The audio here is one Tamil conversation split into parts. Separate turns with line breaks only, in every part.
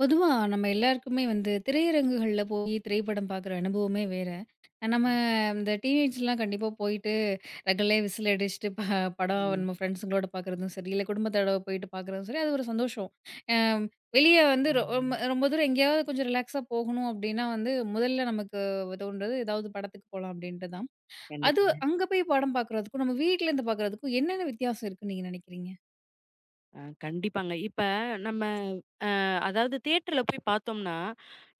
பொதுவா நம்ம எல்லாருக்குமே வந்து திரையரங்குகள்ல போயி திரைப்படம் பார்க்குற அனுபவமே வேற. நம்ம
ம்.
இந்த டீனேஜ்லாம் கண்டிப்பா போயிட்டு ரகளே விசில் அடிச்சுட்டு ப படம்
ம்.
நம்ம ஃப்ரெண்ட்ஸுங்களோட பார்க்குறதும் சரி, இல்ல குடும்பத்தோட போயிட்டு பார்க்குறதும் சரி, அது ஒரு சந்தோஷம். அ வெளிய வந்து
ஆமாங்க.
ரொம்ப ரொம்ப தூரம் எங்கேயாவது கொஞ்சம் ரிலாக்ஸா போகணும் அப்டின்னா வந்து முதல்ல நமக்கு தோன்றது ஏதாவது படத்துக்கு போலாம் அப்டின்ட்டு தான். அது
கண்டிப்பாங்க.
அங்க போய் படம் பார்க்குறதுக்கும், நம்ம வீட்லேருந்து பார்க்குறதுக்கும் என்னென்ன வித்தியாசம் இருக்குன்னு நீங்க நினைக்கிறீங்க?
அ கண்டிப்பாங்க. இப்ப நம்ம அதாவது தியேட்டர்ல போய் பார்த்தோம்னா,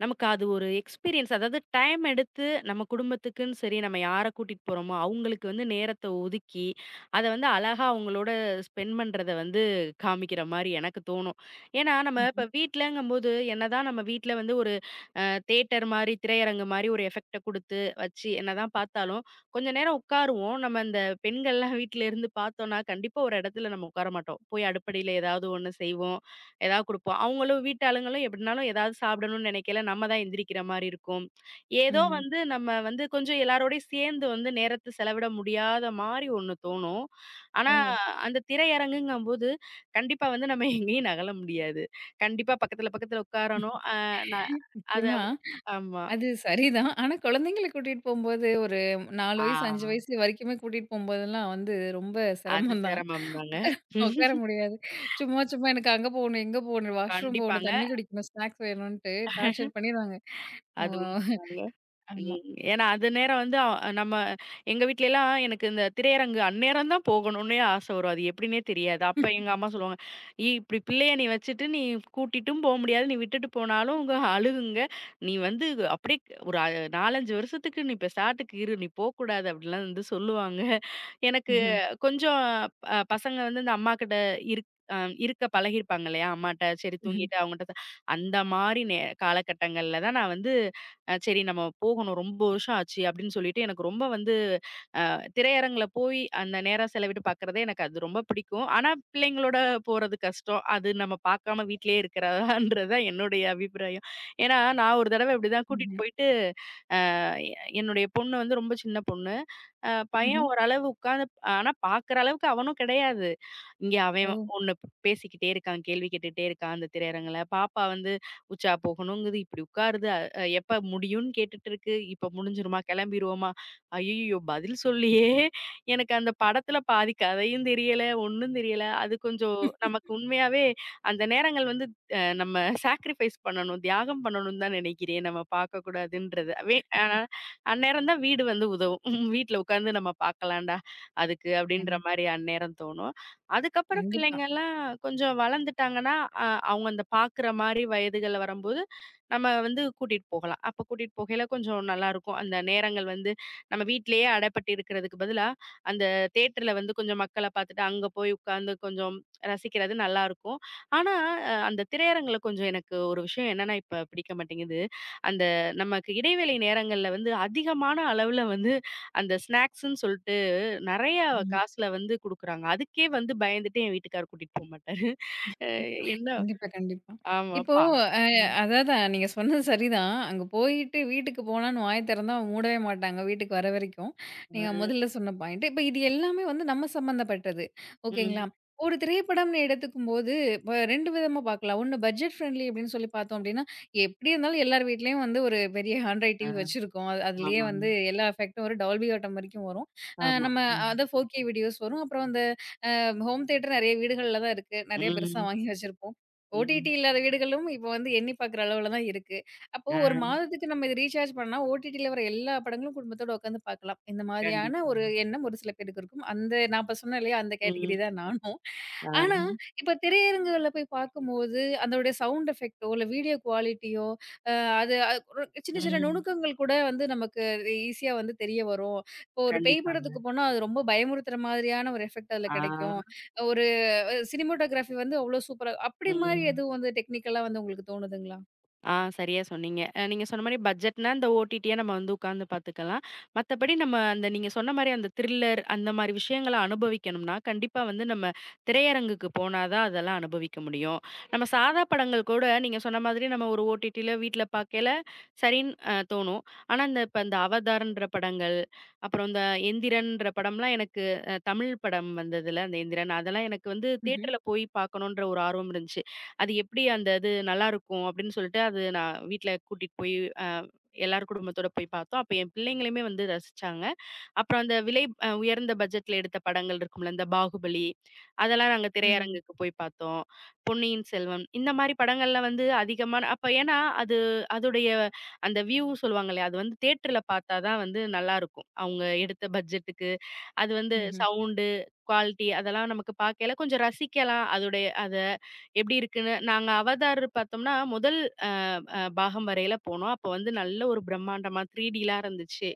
நமக்கு அது ஒரு எக்ஸ்பீரியன்ஸ். அதாவது டைம் எடுத்து நம்ம குடும்பத்துக்குன்னு சரி, நம்ம யார கூட்டிட்டு போறோமோ, அவங்களுக்கு வந்து நேரத்த ஒதுக்கி, அத வந்து அழகா அவங்களோட ஸ்பெண்ட் பண்றத வந்து காமிக்கிற மாரி எனக்கு தோணும். ஏன்னா, நம்ம
ம்ஹ்ம்.
இப்ப வீட்லங்கும்போது என்னதான் நம்ம வீட்ல வந்து ஒரு தியேட்டர் மாரி, திரையரங்கு மாரி ஒரு எஃபெக்ட்ட குடுத்து வச்சு என்னதான் பார்த்தாலும், கொஞ்ச நேரம் உட்காருவோம். நம்ம இந்த பெண்கள்லாம் வீட்ல இருந்து பார்த்தோம்னா, கண்டிப்பா ஒரு இடத்துல நம்ம உட்கார மாட்டோம். போய் அடுப்படியில ஏதாவது ஒண்ணு செய்வோம். ஏதாவது குடுப்போம். அவங்களும் வீட்டாளுங்களும் எப்படினாலும் ஏதாவது சாப்பிடணும்னு நினைக்கையில, நம்ம தான் எந்திரிக்கிற மாரி இருக்கும். ஏதோ
ம்ஹ்ம்.
வந்து நம்ம வந்து கொஞ்சம் எல்லாரோடையும் சேர்ந்து வந்து நேரத்த செலவிட முடியாத மாரி ஒண்ணு தோணும். ஆனா,
ஓ!
அந்த திரையரங்குங்கும்போது கண்டிப்பா வந்து நம்ம எங்கேயும் நகல முடியாது. கண்டிப்பா பக்கத்துல, பக்கத்துல உட்காரணும். அ நான் அத
நிச்சயமா.
ஆமா.
அது சரிதான். ஆனா குழந்தைங்கள கூட்டிட்டு போம்போது, ஒரு 4
ஆ
வயசு, 5 வயசு வரைக்குமே கூட்டிட்டு போம்போதெல்லாம் வந்து ரொம்ப
அது
சிரமம் தான்.
சிரமம் தாங்க.
உட்கார உட்கார முடியாது. சும்மா சும்மா எனக்கு அங்க போகணும், இங்க போகணும், வாஷ்ரூம் போகணும்,
கண்டிப்பாங்க.
தண்ணி குடிக்கணும், ஸ்நாக்ஸ் வேணுன்ட்டு டார்ச்சர் பண்ணிருவாங்க. ஓ!
அது உண்மதாங்க.
ஆமா.
ம். ஏன்னா, அது நேரம் வந்து நம்ம எங்க வீட்லலாம் எனக்கு இந்த திரையரங்கு அந்நேரம் தான் போகணும்னே ஆசை வரும். அது எப்படின்னே தெரியாது. அப்ப எங்க அம்மா சொல்லுவாங்க, "ஏய் இப்படி பிள்ளைய நீ வச்சுட்டு நீ கூட்டிட்டும் போ முடியாது. நீ விட்டுட்டு போனாலும் உங்க அழுகுங்க. நீ வந்து அப்படியே ஒரு 4, 5 வருஷத்துக்கு நீ பெசாட்டுக்கு இரு. நீ போக்கூடாது." அப்படிலாம் வந்து சொல்லுவாங்க. எனக்கு
ம்ஹ்ம்.
கொஞ்சம் பசங்க வந்து இந்த அம்மா கிட்ட இருக் அ இருக்க பழகியிருப்பாங்க இல்லையா? அம்மாட்ட சரி
ம்ஹ்ம்.
தூங்கிட்டு அவங்கட்ட அந்த மாரி காலகட்டங்கள்ல தான் நான் வந்து சரி நம்ம போகணும். ரொம்ப வருஷம் ஆச்சு அப்படின்னு சொல்லிட்டு எனக்கு ரொம்ப வந்து திரையரங்குல போய் அந்த நேரம் செலவிட்டு பார்க்கறதே எனக்கு அது ரொம்ப பிடிக்கும். ஆனா பிள்ளைங்களோட போறது கஷ்டம். அது நம்ம பார்க்காம வீட்லயே இருக்கிறதான்றது தான் என்னுடைய அபிப்பிராயம். ஏன்னா நான் ஒரு தடவ இப்படிதான் கூட்டிட்டு
ம்ஹ்ம்.
போயிட்டு எ என்னுடைய பொண்ணு வந்து ரொம்ப சின்ன பொண்ணு.
ம்ஹ்ம்.
பையன்
ம்ஹ்ம்.
ஓரளவு உட்காந்து ஆனா பார்க்குற அளவுக்கு அவனும் கிடையாது. இங்க
ஓ!
அவன் ஒண்ணு பேசிக்கிட்டே இருக்கான், கேள்வி கேட்டுட்டே இருக்கான் அந்த திரையரங்குல. பாப்பா வந்து உச்சா போகணுங்குது, இப்படி உட்காருது. அ அ, எப்ப முடியும்னு கேட்டுட்டு இருக்கு. இப்ப முடிஞ்சிருமா? கிளம்பிருவோமா? ஐய்யயோ! பதில் சொல்லியே எனக்கு அந்த படத்துல பாதி கதையும் தெரியல, ஒண்ணும் தெரியல. அது கொஞ்சம் நமக்கு உண்மையாவே அந்த நேரங்கள் வந்து நம்ம சாக்ரிஃபைஸ் பண்ணணும், தியாகம் பண்ணணும்னு தான் நினைக்கிறேன். நம்ம பார்க்கக்கூடாதுன்றது. வே அ அந்நேரம் தான் வீடு வந்து உதவும். உம் வீட்ல உட்காந்து நம்ம பார்க்கலாம்டா, அதுக்கு
கண்
அப்படின்ற மாரி அந்நேரம் தோணும். அதுக்கப்புறம்
கண்டிப்பா.
பிள்ளைங்கலாம் கொஞ்சம் வளர்ந்துட்டாங்கன்னா, அ அவங்க அந்த பார்க்குற மாரி வயதுகள்ல வரும்போது, நம்ம வந்து கூட்டிட்டு போகலாம். அப்ப கூட்டிட்டு போகையில கொஞ்சம் நல்லாருக்கும். அந்த நேரங்கள் வந்து நம்ம வீட்லயே அடைப்பட்டு இருக்கிறதுக்கு பதிலா, அந்த தியேட்டர்ல வந்து கொஞ்சம் மக்கள பார்த்துட்டு அங்க போய் உட்கார்ந்து கொஞ்சம் ரசிக்கிறது நல்லாருக்கும். ஆனா, அந்த திரையரங்குல கொஞ்சம் எனக்கு ஒரு விஷயம் என்னன்னா இப்ப பிடிக்க மாட்டேங்குது. அந்த நமக்கு இடைவேளை நேரங்கள்ல வந்து அதிகமான அளவுல வந்து அந்த ஸ்நாக்ஸ்ன்னு சொல்ட்டு நெறைய
ஆமா.
காசுல வந்து குடுக்குறாங்க. அதுக்கே வந்து பயந்துட்டு என் வீட்டுக்காரர் கூட்டிட்டு போ மாட்டாரு. அ என்ன
கண்டிப்பா, கண்டிப்பா.
ஆமா.
இப்போ அ
ம்.
அதான் நீங்க சொன்னது சரிதான். அங்க போயிட்டு வீட்டுக்கு போனான்னு வாய திறந்தா மூடவே மாட்டாங்க, வீட்டுக்கு வர வரைக்கும்.
அ,
நீங்க முதல்ல சொன்ன பாயிண்ட். இப்ப இது எல்லாமே வந்து நம்ம சம்மந்தப்பட்டது. ஓகேங்களா?
ம்.
ஒரு திரைப்படம்னு எடுத்துக்கும்போது, இப்ப 2 விதமா பார்க்கலாம். ஒண்ணு பட்ஜெட் ஃப்ரெண்ட்லி அப்படின்னு சொல்லி பார்த்தோம் அப்படின்னா, எப்படி இருந்தாலும் எல்லார் வீட்லயும் வந்து ஒரு பெரிய ஹாண்ட்ராய்ட்
ஆ,
டிவி வச்சிருக்கோம். அது அதுலயே
ஆமாங்க.
வந்து எல்லா எஃபெக்ட்டும் வரும். டால்பி அட்டம் வரைக்கும் வரும். அ
ஆமா.
நம்ம
ம்.
அதான் 4K வீடியோஸ் வரும். அப்புறம் அந்த அ ஹோம் தியேட்டர் நெறைய வீடுகள்ல தான் இருக்கு. நெறைய பெருசா
ம்.
வாங்கி வச்சிருப்போம். ஓடிடி
ம்.
இல்லாத வீடுகளும் இப்போ வந்து எண்ணி பார்க்குற அளவுல தான் இருக்கு. அப்போ
ஆ,
ஒரு மாதத்துக்கு நம்ம இத ரீசார்ஜ் பண்ணா, ஓடிடில வர எல்லா படங்களும் குடும்பத்தோட உட்காந்து பார்க்கலாம். இந்த மாதிரியான ஒரு
கண்டிப்பா.
எண்ணம் ஒரு சில பேருக்கு இருக்கும். அந்த நான் இப்ப சொன்னேன் இல்லையா? அந்த கேட்டகரி
ம்.
தான் நானும்.
ஆ,
ஆனா, இப்ப திரையரங்குகள்ல போய் பார்க்கும்போது, அதோடைய சவுண்ட் எஃபெக்ட்டோ, இல்ல வீடியோ குவாலிட்டியோ, அ அது அ ஒரு சின்ன சின்ன
ம்.
நுணுக்கங்கள் கூட வந்து நமக்கு ஈஸியா வந்து தெரிய வரும். இப்போ ஒரு பேய் படத்துக்கு
கண்டிப்பாங்க.
போனா, அது ரொம்ப பயமுறுத்துற மாதிரியான ஒரு எஃபெக்ட் அதுல
ஆ,
கிடைக்கும். சினிமாட்டோகிராஃபி வந்து அவ்ளோ சூப்பரா அப்படி மாரி
ம்.
எதுவும் வந்து டெக்னிக்கலா வந்து உங்களுக்கு தோணுதுங்களா?
ஆ சரியா சொன்னீங்க. நீங்க சொன்ன மாரி பட்ஜெட்னா, இந்த ஓடிடிய நம்ம வந்து உட்கார்ந்து பார்த்துக்கலாம். மத்தபடி நம்ம அந்த நீங்க சொன்ன மாரி அந்த த்ரில்லர் அந்த மாரி விஷயங்கள அனுபவிக்கணும்னா, கண்டிப்பா வந்து நம்ம திரையரங்குக்கு போனா தான் அதெல்லாம் அனுபவிக்க முடியும். நம்ம சாதா படங்கள் கூட நீங்க சொன்ன மாதிரி நம்ம ஒரு ஓடிடில வீட்ல பார்க்கையில சரின்னு தோணும். ஆனா, இந்த இப்ப இந்த அவதார்ன்ற படங்கள், அப்புறம் இந்த எந்திரன்ற படம்லாம் எனக்கு தமிழ் படம் வந்ததுல அந்த எந்திரன், அதெல்லாம் எனக்கு வந்து
ம்ஹ்ம்.
தியேட்டர்ல போய் பார்க்கணுன்ற ஒரு ஆர்வம் இருந்துச்சு. அது எப்படி அந்த இது நல்லாருக்கும் அப்படின்னு சொல்லிட்டு, அது நான் வீட்ல கூட்டிட்டு போய் அ எல்லார் குடும்பத்தோட போய் பார்த்தோம். அப்ப என் பிள்ளைங்களுமே வந்து ரசிச்சாங்க. அப்புறம் அந்த விலை உயர்ந்த பட்ஜெட்ல எடுத்த படங்கள் இருக்கும்ல, இந்த பாகுபலி, அதெல்லாம் நாங்க
ம்.
திரையரங்குக்கு போய் பார்த்தோம். பொன்னியின் செல்வன், இந்த மாரி படங்கள்ல வந்து அதிகமான அப்ப ஏன்னா அது அதோடைய அந்த வியூ சொல்லுவாங்கல்லையா, அது வந்து தியேட்டர்ல பார்த்தா தான் வந்து நல்லாருக்கும். அவங்க எடுத்த பட்ஜெட்டுக்கு. அது வந்து
ம்ஹ்ம்.
சவுண்டு, குவாலிட்டி அதெல்லாம் நமக்கு பார்க்கையில கொஞ்சம் ரசிக்கலாம். அதோடைய அத எப்படி இருக்குன்னு நாங்க அவதார் பார்த்தோம்னா, முதல் அ அ பாகம் வரையில போனோம். அப்போ வந்து நல்ல ஒரு பிரம்மாண்டமா 3Dலாம் இருந்துச்சு.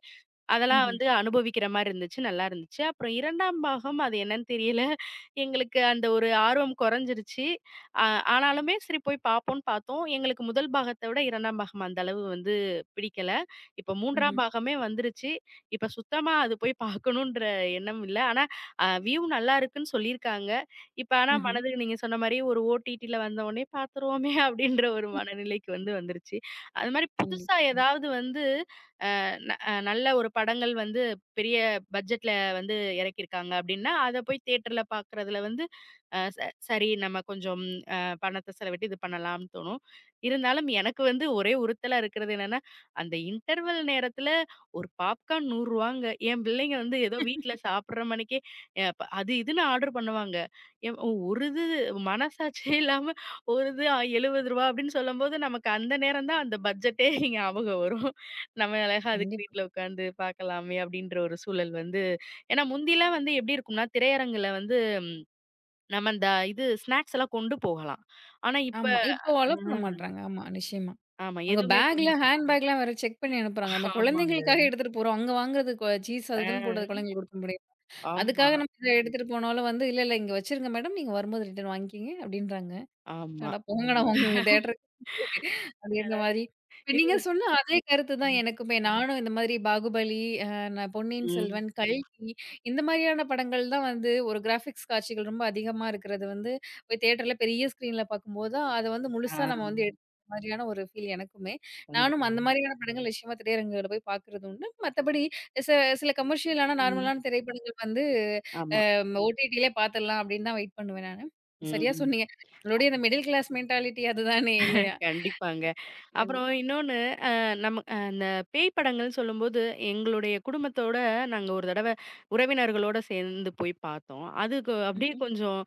அதெல்லாம்
ம்ஹ்ம்.
வந்து அனுபவிக்கிற மாரி இருந்துச்சு. நல்லா இருந்துச்சு. அப்புறம் 2ஆம் பாகம் அது என்னன்னு தெரியல. எங்களுக்கு அந்த ஒரு ஆர்வம் குறைஞ்சிருச்சு. அ ஆனாலுமே சரி போய் பார்ப்போம்ன்னு பார்த்தோம். எங்களுக்கு முதல் பாகத்த விட 2ஆம் பாகம் அந்த அளவு வந்து பிடிக்கல. இப்போ
ம்ஹ்ம்.
3ஆம் பாகமே வந்துருச்சு. இப்ப சுத்தமா அது போய் பார்க்கணுன்ற எண்ணம் இல்ல. ஆனா வியூ நல்லா இருக்குன்னு சொல்லியிருக்காங்க. இப்ப ஆனா
ம்ஹ்ம்.
மனதுக்கு நீங்க சொன்ன மாரி ஒரு ஓடிடில வந்த உடனே பார்த்துருவோமே அப்படின்ற ஒரு மனநிலைக்கு வந்து வந்துருச்சு. அது மாரி புதுசா
கண்டிப்பா,
ஏதாவது வந்து ந அ நல்ல ஒரு படங்கள் வந்து பெரிய பட்ஜெட்ல வந்து இறக்கியிருக்காங்க அப்படின்னா, அத போய் தியேட்டர்ல பார்க்குறதுல வந்து அ ச சரி நம்ம கொஞ்சம் அ பணத்த செலவிட்டு இது பண்ணலாம்னு தோணும். இருந்தாலும் எனக்கு வந்து ஒரே உறுத்தலா இருக்கிறது என்னன்னா, அந்த இன்டர்வல் நேரத்துல ஒரு பாப்கார்ன் ரூ. 100ங்க. என் பிள்ளைங்க வந்து ஏதோ வீட்ல சாப்பிடுற மணிக்கே அ ப அது இதுன்னு ஆர்டர் பண்ணுவாங்க. எம் ஒரு இது மனசாட்சியே இல்லாம ஒரு இது ரூ. 70 அப்படின்னு சொல்லும்போது, நமக்கு அந்த நேரம் தான் அந்த பட்ஜெட்டே ஞாபகம் வரும். நம்ம அழகா அதுக்கு
கண்டிப்பா.
வீட்ல உட்காந்து பார்க்கலாமே அப்படின்ற ஒரு சூழல் வந்து ஏன்னா முந்திலாம் வந்து எப்படி இருக்கும்னா, திரையரங்குல வந்து நம்ம இந்த இது ஸ்நாக்ஸ் எல்லாம் கொண்டு போகலாம். ஆனா இப்ப
ஆமா. இப்போ அலோ பண்ண
ம்.
மாட்றாங்க. ஆமா, நிச்சயமா.
ஆமா.
அவங்க
எதுவுமே
பேக்ல,
கொண்டு போ
ஹேண்ட் பேக்லாம் வேற செக் பண்ணி அனுப்புறாங்க. நம்ம
ஆமாங்க.
குழந்தைங்களுக்காக எடுத்துட்டு போறோம். அங்க வாங்குறது சீஸ் அது இதுன்னு போட்டு அது
ஆ.
குழந்தைங்களுக்கு குடுக்க முடியாது.
ஆமா,
அதுக்காக நம்ம இத எடுத்துட்டு போனாலும் வந்து, "இல்ல, இல்ல இங்க வச்சிருங்க மேடம். நீங்க வரும்போது ரிட்டர்ன் வாங்கிக்கிங்க" அப்படின்றாங்க.
ஆமா.
அட போங்கடா உங்க தியேட்டருக்கு. அப்படின்ற மாரி. இப்ப நீங்க
இது
சொன்ன அதே கருத்து தான்
ம்.
எனக்குமே. நானும் இந்த மாதிரி பாகுபலி, அ நான் பொன்னியின்
ம்.
செல்வன், கல்கி இந்த மாதிரியான படங்கள் தான் வந்து ஒரு கிராபிக்ஸ் காட்சிகள் ரொம்ப அதிகமா இருக்கிறது வந்து போய் தியேட்டர்ல பெரிய ஸ்க்ரீன்ல பார்க்கும்போது தான் அத வந்து
ஆ.
முழுசா நம்ம வந்து எடுத்துக்கிற மாதிரியான ஒரு ஃபீல் எனக்குமே. நானும்
கண்டிப்பாங்க.
அந்த மாதிரியான படங்கள் நிச்சயமா திரையரங்குகள்ல போய் பார்க்கிறது உண்டு. மத்தபடி சில சில கமர்ஷியலான
ம்.
நார்மலான திரைப்படங்கள் வந்து
ஆமா.
நம்ம ஓடிடிலே பார்த்துடலாம் அப்படின்னு தான் வெயிட் பண்ணுவேன் நானு. சரியா
ம்.
சொன்னீங்க. நம்மளுடைய இந்த மிடில் கிளாஸ் மென்டாலிட்டி அதுதானே இல்லையா?
கண்டிப்பாங்க. அப்புறம்
கண்டிப்பா.
இன்னொன்னு அ நம்ம அந்த பேய் படங்கள்னு சொல்லும்போது, எங்களுடைய குடும்பத்தோட நாங்க ஒரு தடவ உறவினர்களோட சேர்ந்து போய் பார்த்தோம். அதுக்கு அப்படியே
ம்ஹ்ம்.
கொஞ்சம்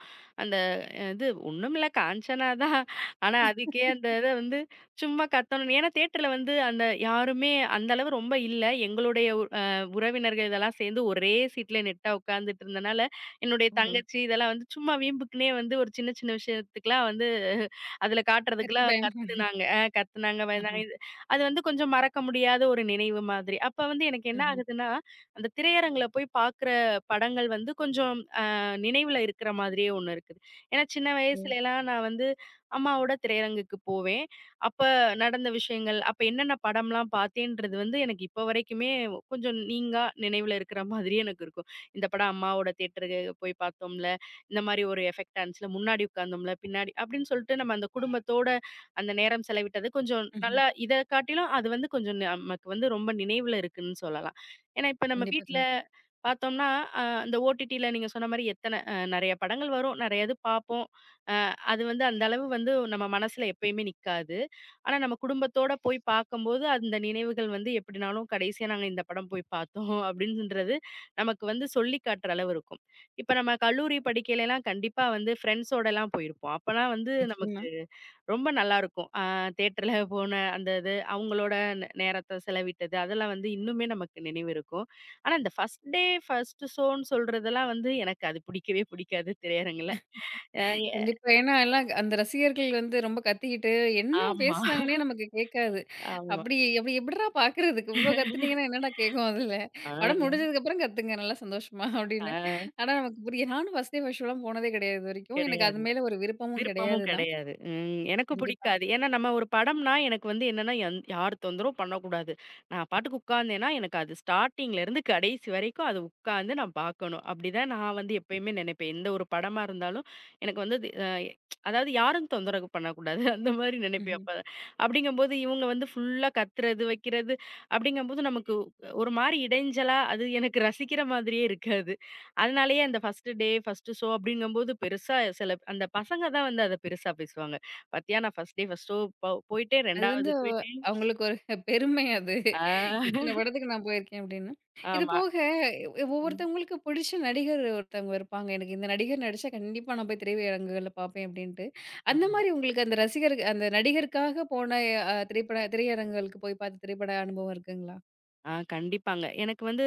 அந்த இது ஒண்ணுமில்ல காஞ்சனா தான். ஆனா அதுக்கே அந்த இத வந்து சும்மா கத்தணும். ஏன்னா தியேட்டர்ல வந்து அந்த யாருமே அந்த அளவு ரொம்ப இல்ல. எங்களுடைய அ உறவினர்கள் இதெல்லாம் சேர்ந்து ஒரே சீட்ல நெட்டா உட்கார்ந்துட்டு இருந்தனால, என்னுடைய
ஓஹோ!
தங்கச்சி இதெல்லாம் வந்து சும்மா வீம்புக்குன்னே வந்து ஒரு சின்ன சின்ன விஷயத்துக்குலாம் வந்து அதுல காட்டுறதுக்குலாம்
கண்டிப்பா.
கத்துனாங்க. கத்துனாங்க,
ஆஹா.
பயந்தாங்க. இது அது வந்து கொஞ்சம் மறக்க முடியாத ஒரு நினைவு மாதிரி. அப்ப வந்து எனக்கு என்ன
ம்ஹ்ம்.
ஆகுதுன்னா, அந்த திரையரங்குல போய் பார்க்குற படங்கள் வந்து கொஞ்சம் நினைவுல இருக்கிற மாதிரியே ஒண்ணு இருக்குது. ஏன்னா சின்ன
ஓ!
வயசுலலாம் நான் வந்து அம்மாவோட திரையரங்குக்கு போவேன். அப்ப நடந்த விஷயங்கள், அப்ப என்னென்ன படம்லாம் பார்த்தேன்றது வந்து எனக்கு இப்போ வரைக்குமே கொஞ்சம் நீங்கா நினைவுல இருக்கிற மாதிரியே எனக்கு இருக்கும். இந்த படம் அம்மாவோட தியேட்டருக்கு போய் பார்த்தோம்ல. இந்த மாரி ஒரு எஃபெக்ட் ஆனுச்சுல, முன்னாடி உட்கார்ந்தோம்ல, பின்னாடி அப்படின்னு சொல்லிட்டு நம்ம அந்த குடும்பத்தோட அந்த நேரம் செலவிட்டது கொஞ்சம்
ம்ஹ்ம்.
நல்லா இத காட்டிலும் அது வந்து கொஞ்சம் நமக்கு வந்து ரொம்ப நினைவுல இருக்குன்னு சொல்லலாம். ஏன்னா இப்ப நம்ம
கண்டிப்பா,
வீட்ல
கண்டிப்பா.
பார்த்தோம்னா, அ இந்த ஓடிடில நீங்க சொன்ன மாரி எத்தன நெறைய படங்கள் வரும். நெறைய இது பார்ப்போம். அ அது வந்து அந்த அளவு வந்து நம்ம மனசுல எப்பயுமே நிக்காது. ஆனா நம்ம குடும்பத்தோட போய் பார்க்கும்போது அந்த நினைவுகள் வந்து எப்படினாலும் கடைசியா நாங்க இந்த படம் போய் பார்த்தோம் அப்படின்றது நமக்கு வந்து சொல்லி காட்டுற அளவு இருக்கும். இப்ப நம்ம கல்லூரி படிக்கையிலலாம் கண்டிப்பா வந்து ஃப்ரெண்ட்ஸோடலாம் போயிருப்போம். அப்பலாம் வந்து
நிச்சயமா.
நமக்கு ரொம்ப நல்லாருக்கும். தியேட்டர்ல போன அந்த இது, அவங்களோட நேரத்த செலவிட்டது, அதெல்லாம் வந்து இன்னுமே நமக்கு நினைவு இருக்கும். ஆனா, இந்த ஃபர்ஸ்ட் டே, ஃபர்ஸ்ட் ஷோன்னு சொல்றதெல்லாம் வந்து எனக்கு அது பிடிக்கவே பிடிக்காது திரையரங்குல. அ எ
கண்டிப்பா. ஏன்னா எல்லாம் அந்த ரசிகர்கள் வந்து ரொம்ப கத்திக்கிட்டு என்ன
ஆமா,
பேசுனாங்கன்னே நமக்கு கேட்காது.
ஆமா.
அப்படி அப்படி எப்படிடா பார்க்கறதுக்கு? இவ்ளோ கத்துனீங்கன்னா என்னடா கேட்கும் அதுல?
ஆ,
படம் முடிஞ்சதுக்கப்புறம் கத்துங்க நல்லா சந்தோஷமா
ஆ.
அப்படின்னு. ஆனா நமக்கு புரிய நானும் ஃபர்ஸ்ட் டே ஃபர்ஸ்ட் ஷோலாம் போனதே கிடையாது இது வரைக்கும். எனக்கு அது
கிடையாது.
மேல ஒரு விருப்பமும் கிடையாது
விருப்பமும்
தான்.
கிடையாது. ம். எனக்கும்
கண்டிப்பா.
பிடிக்காது. ஏன்னா நம்ம ஒரு படம்னா எனக்கு வந்து என்னன்னா, யார் தொந்தரவும் பண்ணக்கூடாது. நான் பாட்டுக்கு உட்கார்ந்தேன்னா, எனக்கு அது ஸ்டார்ட்டிங்லேருந்து கடைசி வரைக்கும் அது உட்கார்ந்து நான் பார்க்கணும். அப்படிதான் நான் வந்து எப்பயுமே நினைப்பேன். எந்த ஒரு படமா இருந்தாலும் எனக்கு வந்து அது அதாவது யாரும் தொந்தரவு பண்ணக்கூடாது. அந்த மாரி நினைப்பேன்
ம்ஹ்ம்.
அப்ப. அப்படிங்கும்போது இவங்க வந்து ஃபுல்லா கத்துறது, வைக்கிறது அப்படிங்கும்போது நமக்கு ஒரு மாரி இடைஞ்சலா அது எனக்கு ரசிக்கிற மாதிரியே இருக்காது. அதனாலேயே அந்த ஃபர்ஸ்ட்டு டே, ஃபர்ஸ்ட்டு ஷோ அப்படிங்கும்போது பெருசா சில அந்த பசங்க தான் வந்து அத பெருசா பேசுவாங்க. "பாத்தியா நான் ஃபர்ஸ்ட் டே ஃபர்ஸ்ட் ஷோ போயிட்டேன்,
அது வந்து
2வது போயிட்டேன்."
அவங்களுக்கு ஒரு பெருமை அது.
ஆ
இத்தன படத்துக்கு நான் போயிருக்கேன் அப்படின்னு. இது
ஆமா.
போக
ம்.
ஒவ்வொருத்தவங்களுக்கு பிடிச்ச நடிகர் ஒருத்தவங்க இருப்பாங்க. எனக்கு இந்த நடிகர் நடிச்சா கண்டிப்பா நான் போய் திரையரங்குகள்ல பார்ப்பேன் அப்படின்ட்டு. அந்த
ஆமா.
மாரி உங்களுக்கு அந்த ரசிகர் அந்த நடிகருக்காக போன அ திரைப்பட திரையரங்குகளுக்கு போய் பார்த்த திரைப்பட அனுபவம் இருக்குங்களா?
ஆ கண்டிப்பாங்க. எனக்கு வந்து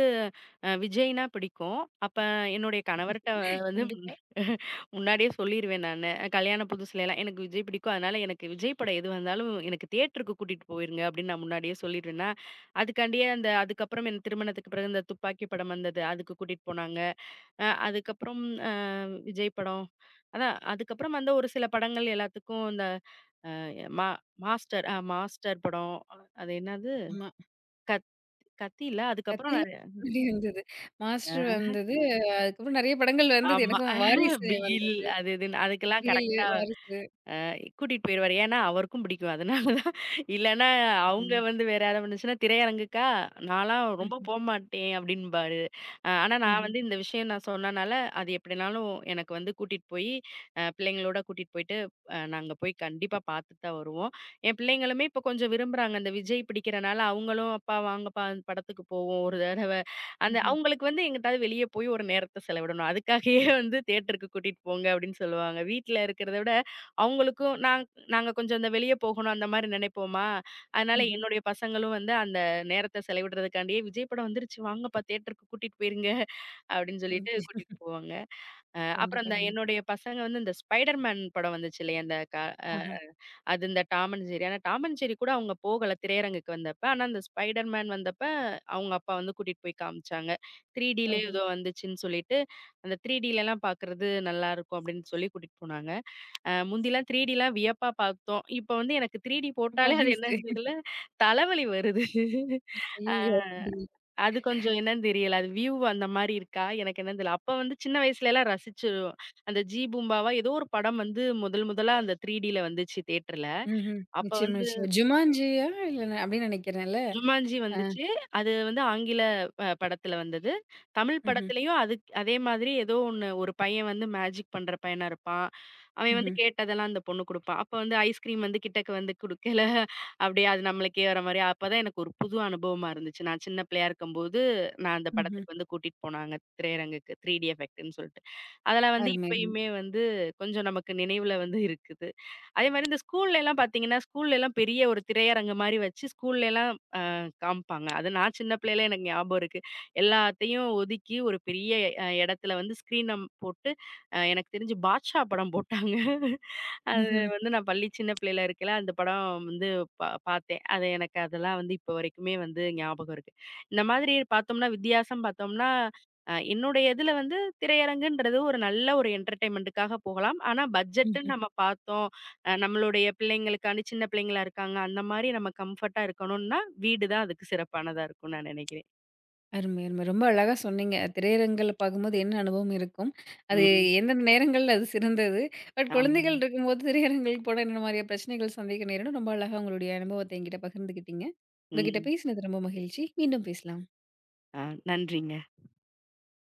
விஜய்னா பிடிக்கும். அப்ப என்னுடைய கணவர்ட்ட வந்து
கண்டிப்பா.
முன்னாடியே சொல்லிருவேன் நானு. கல்யாண புதுசுலலாம் எனக்கு விஜய் பிடிக்கும். அதனால எனக்கு விஜய் படம் எது வந்தாலும் எனக்கு தியேட்டருக்கு கூட்டிட்டு போயிருங்க அப்படின்னு நான் முன்னாடியே சொல்லிருவேன்னா, அதுக்காண்டியே அந்த அதுக்கப்புறம் என் திருமணத்துக்கு பிறகு இந்த துப்பாக்கி படம் வந்தது. அதுக்கு கூட்டிட்டு போனாங்க. அதுக்கப்புறம் அ விஜய் படம். அதான் அதுக்கப்புறம் வந்த ஒரு சில படங்கள் எல்லாத்துக்கும் இந்த அ மா மாஸ்டர் மாஸ்டர் படம். அது என்னது?
ஆமா.
கத் கத்தி இல்ல. அதுக்கப்புறம்
கத்தில
நெறைய
முன்னாடி வந்தது.
அ
மாஸ்டர் வந்தது. அதுக்கப்புறம் நெறைய படங்கள் வந்தது.
ஆமா.
எனக்கும் வாரிசு,
பிகில் அது இதுன்னு அதுக்கெல்லாம்
மறியலு,
கரெக்ட்டா
வாரிசு.
கூட்டிட்டு போயிருவாரு. ஏன்னா, அவருக்கும் பிடிக்கும். அதனால தான். இல்லன்னா, அவங்க
ம்ஹ்ம்.
வந்து வேற யாராவது வந்துச்சுன்னா, "திரையரங்குக்கா? நான்லாம் ரொம்ப
ம்ஹ்ம்.
போமாட்டேன்" அப்படின்பாரு. ஆனா நான் வந்து இந்த விஷயம் நான் சொன்னனால, அது எப்படினாலும் எனக்கு வந்து கூட்டிட்டு போயி, பிள்ளைங்களோட கூட்டிட்டு போயிட்டு, நாங்க போய் கண்டிப்பா பார்த்துட்டு தான் வருவோம். என் பிள்ளைங்களுமே இப்போ கொஞ்சம் விரும்புறாங்க. இந்த விஜய் பிடிக்கிறனால அவங்களும், "அப்பா வாங்கப்பா அந்த படத்துக்கு போவோம் ஒரு தடவ." அந்த
ம்ஹ்ம்.
அவங்களுக்கு வந்து எங்கிட்டாவது வெளிய போய் ஒரு நேரத்த செலவிடணும். அதுக்காகயே வந்து தியேட்டருக்கு கூட்டிட்டு போங்க அப்படின்னு சொல்லுவாங்க. வீட்ல இருக்கிறத விட அவங்களுக்கும் நாங்க கொஞ்சம் இந்த வெளிய போகணும் அந்த மாரி நினைப்போமா, அதனால
ம்ஹ்ம்.
என்னுடைய பசங்களும் வந்து அந்த நேரத்த செலவிடுறதுக்காண்டியே, "விஜய் படம் வந்துருச்சு வாங்கப்பா தியேட்டருக்கு கூட்டிட்டு போயிருங்க" அப்படின்னு
ம்.
சொல்லிட்டு கூட்டிட்டு போவாங்க. அப்புறம்
கண்டிப்பா,
அந்த
கண்டிப்பா.
என்னுடைய பசங்க வந்து இந்த ஸ்பைடர் மேன் படம் வந்துச்சு இல்லையா? அந்த க அ
ஆஹா.
அது இந்த டாம் அண்ட் ஜெர்ரி. ஆனா டாம் அண்ட் ஜெர்ரி கூட அவங்க போகல திரையரங்குக்கு வந்தப்ப. ஆனா அந்த ஸ்பைடர் மேன் வந்தப்ப அவங்க அப்பா வந்து கூட்டிட்டு போய் காமிச்சாங்க. 3Dலயோ
ஓஹோ!
ஏதோ வந்துச்சுன்னு சொல்லிட்டு, அந்த 3Dலலாம் பார்க்கறது நல்லாருக்கும் அப்படின்னு சொல்லி கூட்டிட்டு போனாங்க. முந்திலாம் 3Dலாம் வியப்பா பார்த்தோம். இப்ப வந்து எனக்கு 3D போட்டாலே அது
பழகிடுச்சு.
என்னன்னு தெரியல. தலைவலி வருது. அ
ஐயய்யோ! அப்படி.
அது கொஞ்சம் என்னன்னு தெரியல. அது வியூ அந்த மாரி இருக்கா? எனக்கு என்னன்னு தெரியல. அப்ப வந்து சின்ன வயசுலலாம் ரசிச்சுருவோம். அந்த ஜி பூம்பாவா ஏதோ ஒரு படம் வந்து முதல் முதலா அந்த 3Dல வந்துச்சு தியேட்டர்ல.
ம்ஹ்ம்.
அப்ப
நிச்சயமா,
வந்து
நிச்சயமா. ஜுமான்ஜியா? இல்ல நான் அப்படின்னு நினைக்கிறேன்ல.
ஜுமான்ஜி
ஆ.
வந்துச்சு. அது வந்து ஆங்கில படத்துல வந்தது. தமிழ்
ம்ஹ்ம்.
படத்துலயும் அதே மாதிரி ஏதோ ஒண்ணு ஒரு பையன் வந்து மேஜிக் பண்ற பையனா இருப்பான். அவன் வந்து
ம்ஹ்ம்.
கேட்டதெல்லாம் அந்த பொண்ணு குடுப்பான். அப்ப வந்து ஐஸ்கிரீம் வந்து கிட்டக்க வந்து குடுக்கல, அப்படியே அது நம்மளுக்கே வர மாரி. அப்பதான் எனக்கு ஒரு புது அனுபவமா இருந்துச்சு. நான் சின்ன பிள்ளையா இருக்கும்போது, நான் அந்த
ம்ஹ்ம்.
படத்துக்கு வந்து கூட்டிட்டு போனாங்க திரையரங்குக்கு. 3டி எஃபெக்ட்ன்னு சொல்ட்டு. அதெல்லாம் வந்து
அருமை, அருமை.
இப்பயுமே வந்து கொஞ்சம் நமக்கு நினைவுல வந்து இருக்குது. அதே மாரி இந்த ஸ்கூல்லலாம் பாத்தீங்கன்னா, ஸ்கூல்லலாம் பெரிய ஒரு திரையரங்கு மாரி வச்சு, ஸ்கூல்லலாம் காமிப்பாங்க. அது நான் சின்ன பிள்ளையில எனக்கு ஞாபகம் இருக்கு. எல்லாத்தையும் ஒதுக்கி ஒரு பெரிய இடத்துல வந்து ஸ்க்ரீன போட்டு எனக்கு தெரிஞ்சு பாட்ஷா படம் போட்டாங்க. அது
ம்ஹ்ம்.
வந்து நான் பள்ளி சின்ன பிள்ளையில இருக்கையில அந்த படம் வந்து பார்த்தேன். அது எனக்கு அதெல்லாம் வந்து இப்போ வரைக்குமே வந்து ஞாபகம் இருக்கு. இந்த மாதிரி பார்த்தோம்னா வித்தியாசம் பார்த்தோம்னா, என்னுடைய இதுல வந்து திரையரங்குன்றது ஒரு நல்ல ஒரு என்டர்டெயின்மென்ட்டுக்காக போகலாம். ஆனா பட்ஜெட்டுன்னு
ம்ஹ்ம்.
நம்ம பார்த்தோம். நம்மளுடைய பிள்ளைங்களுக்காண்டி சின்ன பிள்ளைங்களா இருக்காங்க. அந்த மாரி நம்ம கம்ஃபர்ட்டா இருக்கணும்னா, வீடு தான் அதுக்கு சிறப்பானதா இருக்கும்னு நான் நினைக்கிறேன்.
அருமை, அருமை. ரொம்ப அழகா சொன்னீங்க. திரையரங்குல பார்க்கும்போது என்ன அனுபவம் இருக்கும்? அது
ம்.
எந்தெந்த நேரங்கள்ல அது சிறந்தது? பட்
ஆமா.
குழந்தைகள் இருக்கும்போது திரையரங்குகளுக்கு போனா என்ன மாதிரியான பிரச்சனைகள் சந்திக்க நேரும்னு ரொம்ப அழகா உங்களுடைய அனுபவத்த என்கிட்ட பகிர்ந்துக்கிட்டீங்க. உங்ககிட்ட
ம்.
பேசினது ரொம்ப மகிழ்ச்சி. மீண்டும் பேசலாம்.
ஆ நன்றிங்க.